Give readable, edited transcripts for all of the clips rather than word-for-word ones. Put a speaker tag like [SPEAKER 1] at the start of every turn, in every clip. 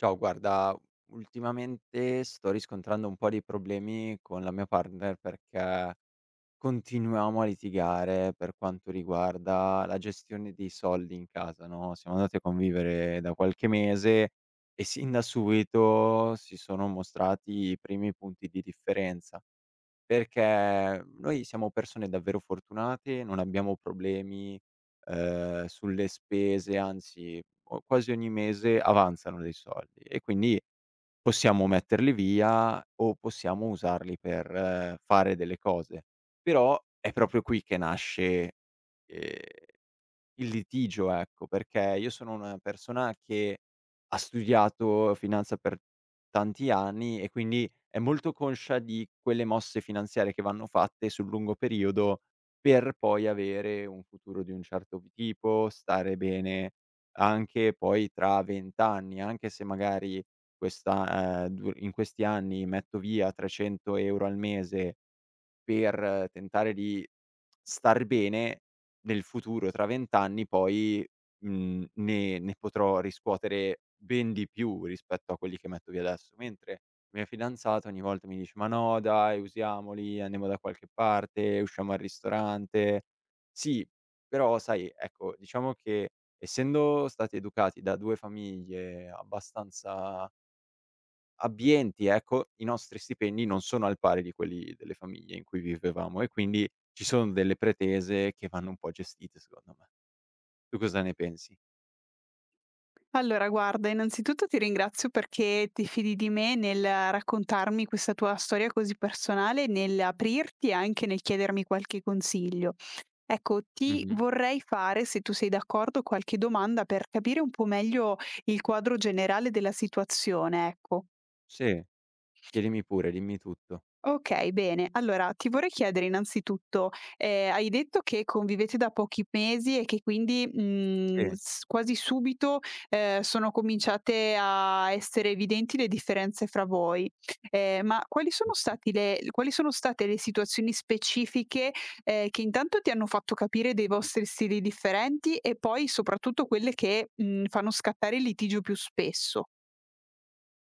[SPEAKER 1] Ciao, guarda, ultimamente sto riscontrando un po' dei problemi con la mia partner perché continuiamo a litigare per quanto riguarda la gestione dei soldi in casa, no? Siamo andati a convivere da qualche mese e sin da subito si sono mostrati i primi punti di differenza. Perché noi siamo persone davvero fortunate, non abbiamo problemi, sulle spese, anzi o quasi ogni mese avanzano dei soldi e quindi possiamo metterli via o possiamo usarli per fare delle cose. Però è proprio qui che nasce, ehm il litigio, ecco, perché io sono una persona che ha studiato finanza per tanti anni e quindi è molto conscia di quelle mosse finanziarie che vanno fatte sul lungo periodo per poi avere un futuro di un certo tipo, stare bene anche poi tra 20 anni, anche se magari questa, du in questi anni metto via 300 € al mese per tentare di star bene nel futuro, tra 20 anni poi, ne potrò riscuotere ben di più rispetto a quelli che metto via adesso. Mentre la mia fidanzata ogni volta mi dice: "Ma no dai, usiamoli, andiamo da qualche parte, usciamo al ristorante". Sì, però sai, ecco, diciamo che essendo stati educati da 2 famiglie abbastanza abbienti, ecco, i nostri stipendi non sono al pari di quelli delle famiglie in cui vivevamo e quindi ci sono delle pretese che vanno un po' gestite secondo me. Tu cosa ne pensi?
[SPEAKER 2] Allora guarda, innanzitutto ti ringrazio perché ti fidi di me nel raccontarmi questa tua storia così personale, nell'aprirti e anche nel chiedermi qualche consiglio. Ecco, ti
[SPEAKER 1] Mh-mh.
[SPEAKER 2] vorrei fare, se tu sei d'accordo, qualche domanda per capire un po' meglio il quadro generale della situazione, ecco.
[SPEAKER 1] Sì, chiedimi pure, dimmi tutto.
[SPEAKER 2] Okay, bene. Allora ti vorrei chiedere innanzitutto, hai detto che convivete da pochi mesi e che quindi, mhmm,
[SPEAKER 1] Sì.
[SPEAKER 2] s quasi subito, sono cominciate a essere evidenti le differenze fra voi. Ma quali sono state le situazioni specifiche, che intanto ti hanno fatto capire dei vostri stili differenti e poi soprattutto quelle che, fanno scattare il litigio più spesso?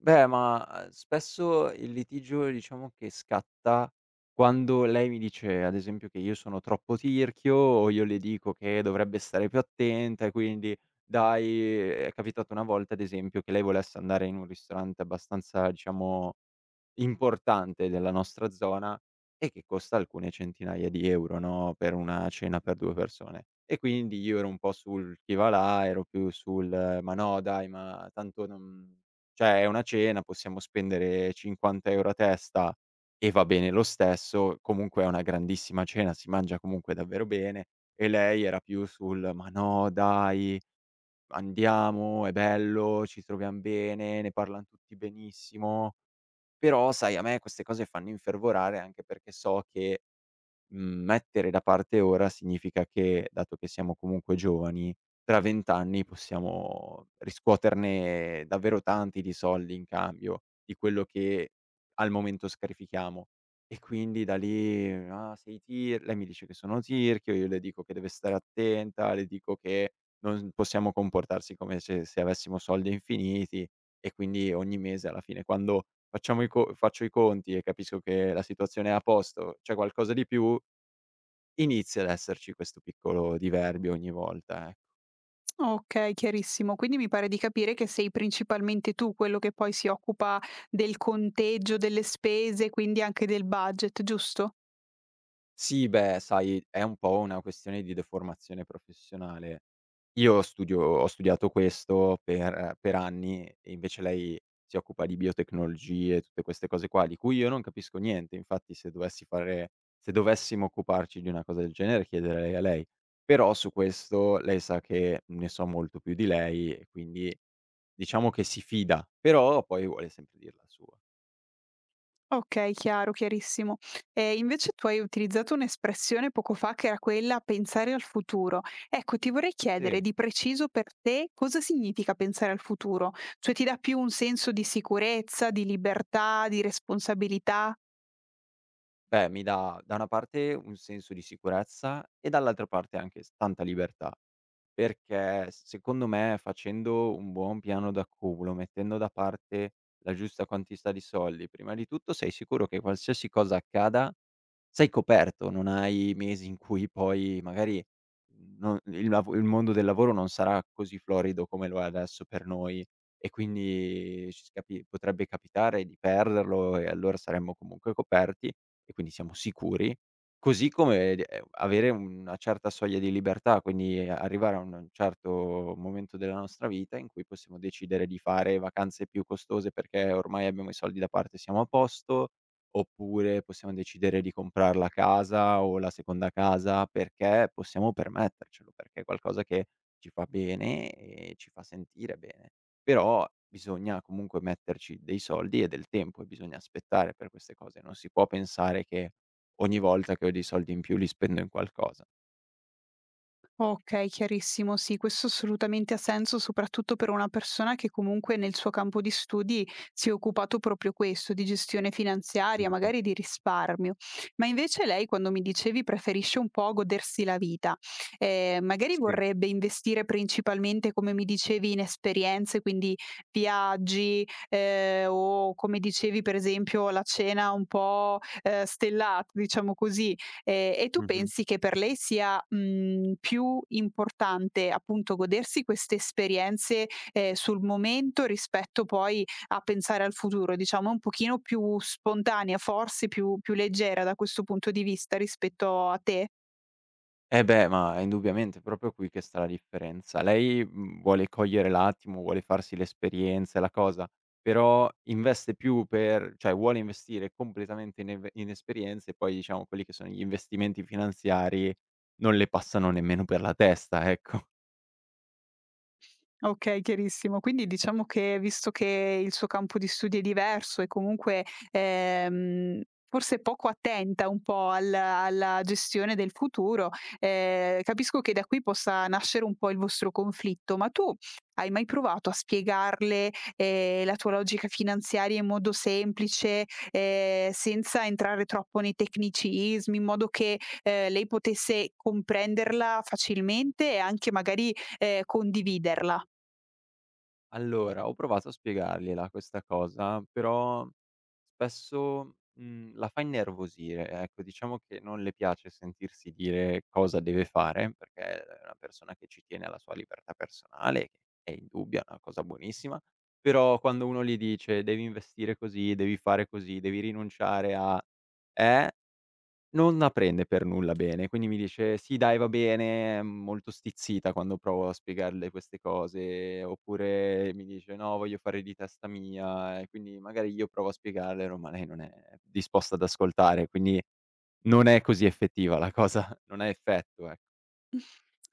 [SPEAKER 1] Beh, ma, spesso il litigio diciamo che scatta quando lei mi dice, ad esempio, che io sono troppo tirchio o io le dico che dovrebbe stare più attenta e quindi dai è capitato una volta, ad esempio, che lei volesse andare in un ristorante abbastanza, diciamo importante della nostra zona e che costa alcune centinaia di euro, no, per una cena per 2 persone. E quindi io ero un po' sul chi va là, ero più sul: "Ma no dai, ma tanto non cioè è una cena, possiamo spendere 50 € a testa e va bene lo stesso, comunque è una grandissima cena, si mangia comunque davvero bene". E lei era più sul: "Ma no dai, andiamo, è bello, ci troviam bene, ne parlan tutti benissimo". Però sai a me queste cose fanno infervorare anche perché so che, mettere da parte ora significa che, dato che siamo comunque giovani, tra 20 anni possiamo riscuoterne davvero tanti di soldi in cambio di quello che al momento scarifichiamo. E quindi da lì: "Ah sei tir" lei mi dice che sono tirchio, io le dico che deve stare attenta, le dico che non possiamo comportarsi come se avessimo soldi infiniti e quindi ogni mese alla fine quando facciamo i co faccio i conti e capisco che la situazione è a posto, c'è qualcosa di più, inizia ad esserci questo piccolo diverbio ogni volta, e
[SPEAKER 2] Okay, chiarissimo. Quindi mi pare di capire che sei principalmente tu quello che poi si occupa del conteggio delle spese, quindi anche del budget, giusto?
[SPEAKER 1] sì. Beh, sai, è un po' una questione di deformazione professionale. Io studio ho studiato questo per anni e invece lei si occupa di biotecnologie, tutte queste cose qua, di cui io non capisco niente. Infatti se dovessimo occuparci di una cosa del genere chiederei a lei. Però su questo lei sa che ne so molto più di lei e quindi diciamo che si fida, però poi vuole sempre dir la sua.
[SPEAKER 2] Okay, chiaro, chiarissimo. E invece tu hai utilizzato un'espressione poco fa che era quella "pensare al futuro". Ecco, ti vorrei chiedere
[SPEAKER 1] Sì.
[SPEAKER 2] di preciso per te cosa significa pensare al futuro? Cioè ti dà più un senso di sicurezza, di libertà, di responsabilità?
[SPEAKER 1] Beh, mi dà da una parte un senso di sicurezza e dall'altra parte anche s tanta libertà. Perché s secondo me facendo un buon piano d'accumulo, mettendo da parte la giusta quantità di soldi, prima di tutto sei sicuro che qualsiasi cosa accada sei coperto, non hai mesi in cui poi magari non il lav il mondo del lavoro non sarà così florido come lo è adesso per noi e quindi ci scapi potrebbe capitare di perderlo e allora saremmo comunque coperti e quindi siamo sicuri. Così come d Avere una certa soglia di libertà, quindi arrivare a un certo momento della nostra vita in cui possiamo decidere di fare vacanze più costose perché ormai abbiamo i soldi da parte e siamo a posto, oppure possiamo decidere di comprar la casa o la seconda casa perché possiamo permettercelo, perché è qualcosa che ci fa bene e ci fa sentire bene. Però bisogna comunque metterci dei soldi e del tempo e bisogna aspettare per queste cose. Non si può pensare che ogni volta che ho dei soldi in più li spendo in qualcosa.
[SPEAKER 2] Okay, chiarissimo. Sì, questo assolutamente ha senso, soprattutto per una persona che comunque nel suo campo di studi si è occupato proprio questo, di gestione finanziaria,
[SPEAKER 1] Mh-mh.
[SPEAKER 2] magari di risparmio. Ma invece lei, quando mi dicevi, preferisce un po' godersi la vita. Magari
[SPEAKER 1] Sì.
[SPEAKER 2] vorrebbe investire principalmente, come mi dicevi, in esperienze, quindi viaggi, o come dicevi per esempio la cena un po', stellata, diciamo così. E tu
[SPEAKER 1] Mh-mh.
[SPEAKER 2] pensi che per lei sia, più importante appunto godersi queste esperienze, sul momento rispetto poi a pensare al futuro, diciamo è un pochino più spontanea, forse più leggera da questo punto di vista rispetto a te?
[SPEAKER 1] Eh beh, ma indubbiamente è proprio qui che sta la differenza. Lei, vuole cogliere l'attimo, vuole farsi l'esperienza e la cosa, però investe più per cioè vuole investire completamente in eve in esperienze e poi diciamo quelli che sono gli investimenti finanziari non le passano nemmeno per la testa, ecco.
[SPEAKER 2] Okay, chiarissimo. Quindi diciamo che, visto che il suo campo di studi è diverso e comunque, ehm, forse poco attenta un po' al alla gestione del futuro, capisco che da qui possa nascere un po' il vostro conflitto, ma tu hai mai provato a spiegarle, la tua logica finanziaria in modo semplice, senza entrare troppo nei tecnicismi, in modo che, lei potesse comprenderla facilmente e anche magari, condividerla?
[SPEAKER 1] Allora, ho provato a spiegargliela questa cosa, però spesso, la fa innervosire, ecco. Diciamo che non le piace sentirsi dire cosa deve fare, perché è una persona che ci tiene alla sua libertà personale, che è indubbia, è una cosa buonissima, però quando uno gli dice: "Devi investire così, devi fare così, devi rinunciare a" eh? Non la prende per nulla bene, quindi mi dice: "Sì dai, va bene", è molto stizzita quando provo a spiegarle queste cose, oppure mi dice: "No, voglio fare di testa mia", e quindi magari io provo a spiegarglielo, ma lei non è disposta ad ascoltare, quindi non è così effettiva la cosa, non ha effetto, ecco.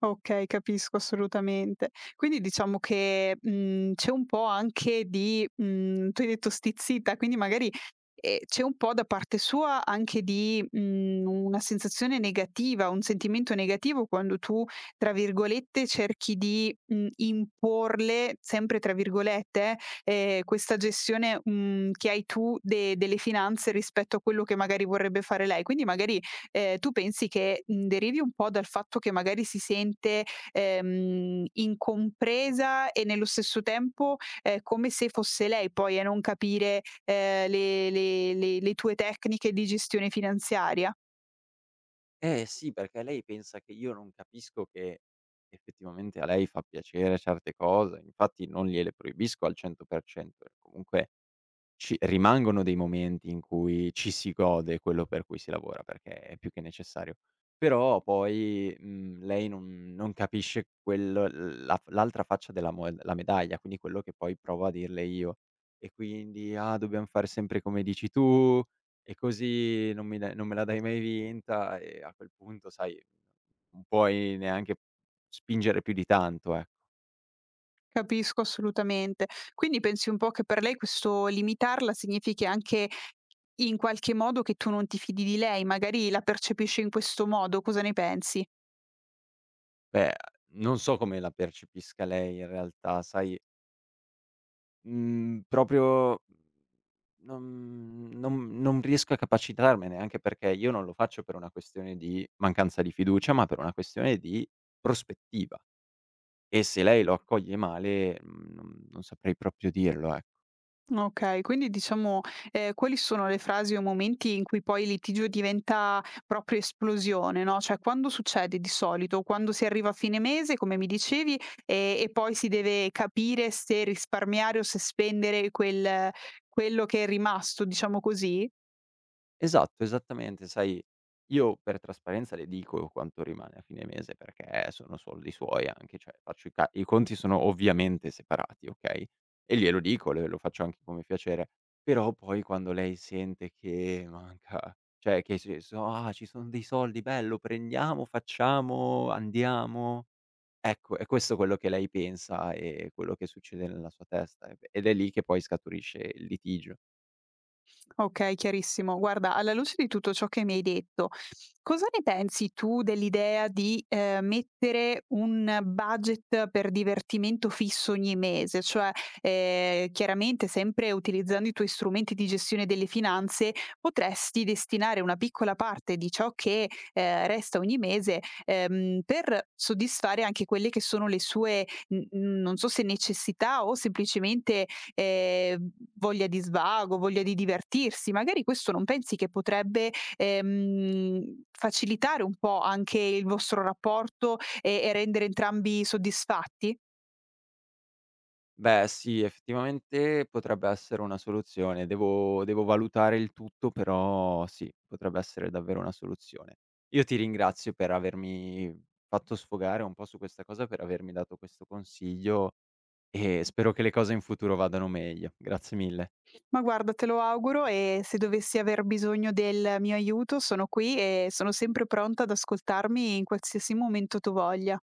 [SPEAKER 2] Okay, capisco assolutamente. Quindi diciamo che, c'è un po' anche di tu hai detto stizzita, quindi magari, c'è un po' da parte sua anche di, una sensazione negativa, un sentimento negativo quando tu, tra virgolette, cerchi di, "imporle", sempre tra virgolette, questa gestione, che hai tu de delle finanze rispetto a quello che magari vorrebbe fare lei. Quindi magari tu pensi che, derivi un po' dal fatto che magari si sente, incompresa e nello stesso tempo è come se fosse lei poi a non capire, le tue tecniche di gestione finanziaria?
[SPEAKER 1] Eh sì, perché lei pensa che io non capisco che effettivamente a lei fa piacere certe cose, infatti non gliele proibisco al 100%, comunque ci rimangono dei momenti in cui ci si gode quello per cui si lavora, perché è più che necessario. Però poi, lei non capisce quel la f l'altra faccia della moe la medaglia, quindi quello che poi provo a dirle io. E quindi: "Ah, dobbiam fare sempre come dici tu, e così non me la dai mai vinta." E a quel punto, sai, non puoi neanche spingere più di tanto, ecco.
[SPEAKER 2] Capisco assolutamente. Quindi pensi un po' che per lei questo limitarla significhi anche in qualche modo che tu non ti fidi di lei, magari la percepisci in questo modo, cosa ne pensi?
[SPEAKER 1] Beh, non so come la percepisca lei in realtà, sai. Mhmm, Proprio non riesco a capacitarmene, anche perché io non lo faccio per una questione di mancanza di fiducia, ma per una questione di prospettiva e se lei lo accoglie male, non saprei proprio dirlo, e
[SPEAKER 2] Okay, quindi diciamo, quali sono le frasi o momenti in cui poi il litigio diventa proprio esplosione, no, cioè quando succede di solito? Quando si arriva a fine mese, come mi dicevi, e poi si deve capire se risparmiare o se spendere quello che è rimasto, diciamo così?
[SPEAKER 1] esatto, esattamente. Sai, io per trasparenza le dico quanto rimane a fine mese, perché sono soldi suoi anche, cioè faccio i ca i conti sono ovviamente separati, okay, e glielo dico, le lo faccio anche come piacere. Però poi quando lei sente che manca cioè che ci so "Ah, ci son dei soldi, bello, prendiamo, facciamo, andiamo." Ecco, è questo quello che lei pensa e quello che succede nella sua testa, ed è lì che poi scaturisce il litigio.
[SPEAKER 2] Okay, chiarissimo. Guarda, alla luce di tutto ciò che mi hai detto, cosa ne pensi tu dell'idea di, mettere un budget per divertimento fisso ogni mese? Cioè, chiaramente sempre utilizzando i tuoi strumenti di gestione delle finanze, potresti destinare una piccola parte di ciò che, resta ogni mese, per soddisfare anche quelle che sono le sue non so se necessità o semplicemente, ehm, voglia di svago, voglia di divertirsi. Magari questo non pensi che potrebbe, facilitare un po' anche il vostro rapporto e rendere entrambi soddisfatti?
[SPEAKER 1] Beh, sì, effettivamente potrebbe essere una soluzione. Devo valutare il tutto, però sì, potrebbe essere davvero una soluzione. Io ti ringrazio per avermi fatto sfogare un po' su questa cosa, per avermi dato questo consiglio e spero che le cose in futuro vadano meglio. Grazie mille.
[SPEAKER 2] Ma guarda, te lo auguro e se dovessi aver bisogno del mio aiuto sono qui e sono sempre pronta ad ascoltarmi in qualsiasi momento tu voglia.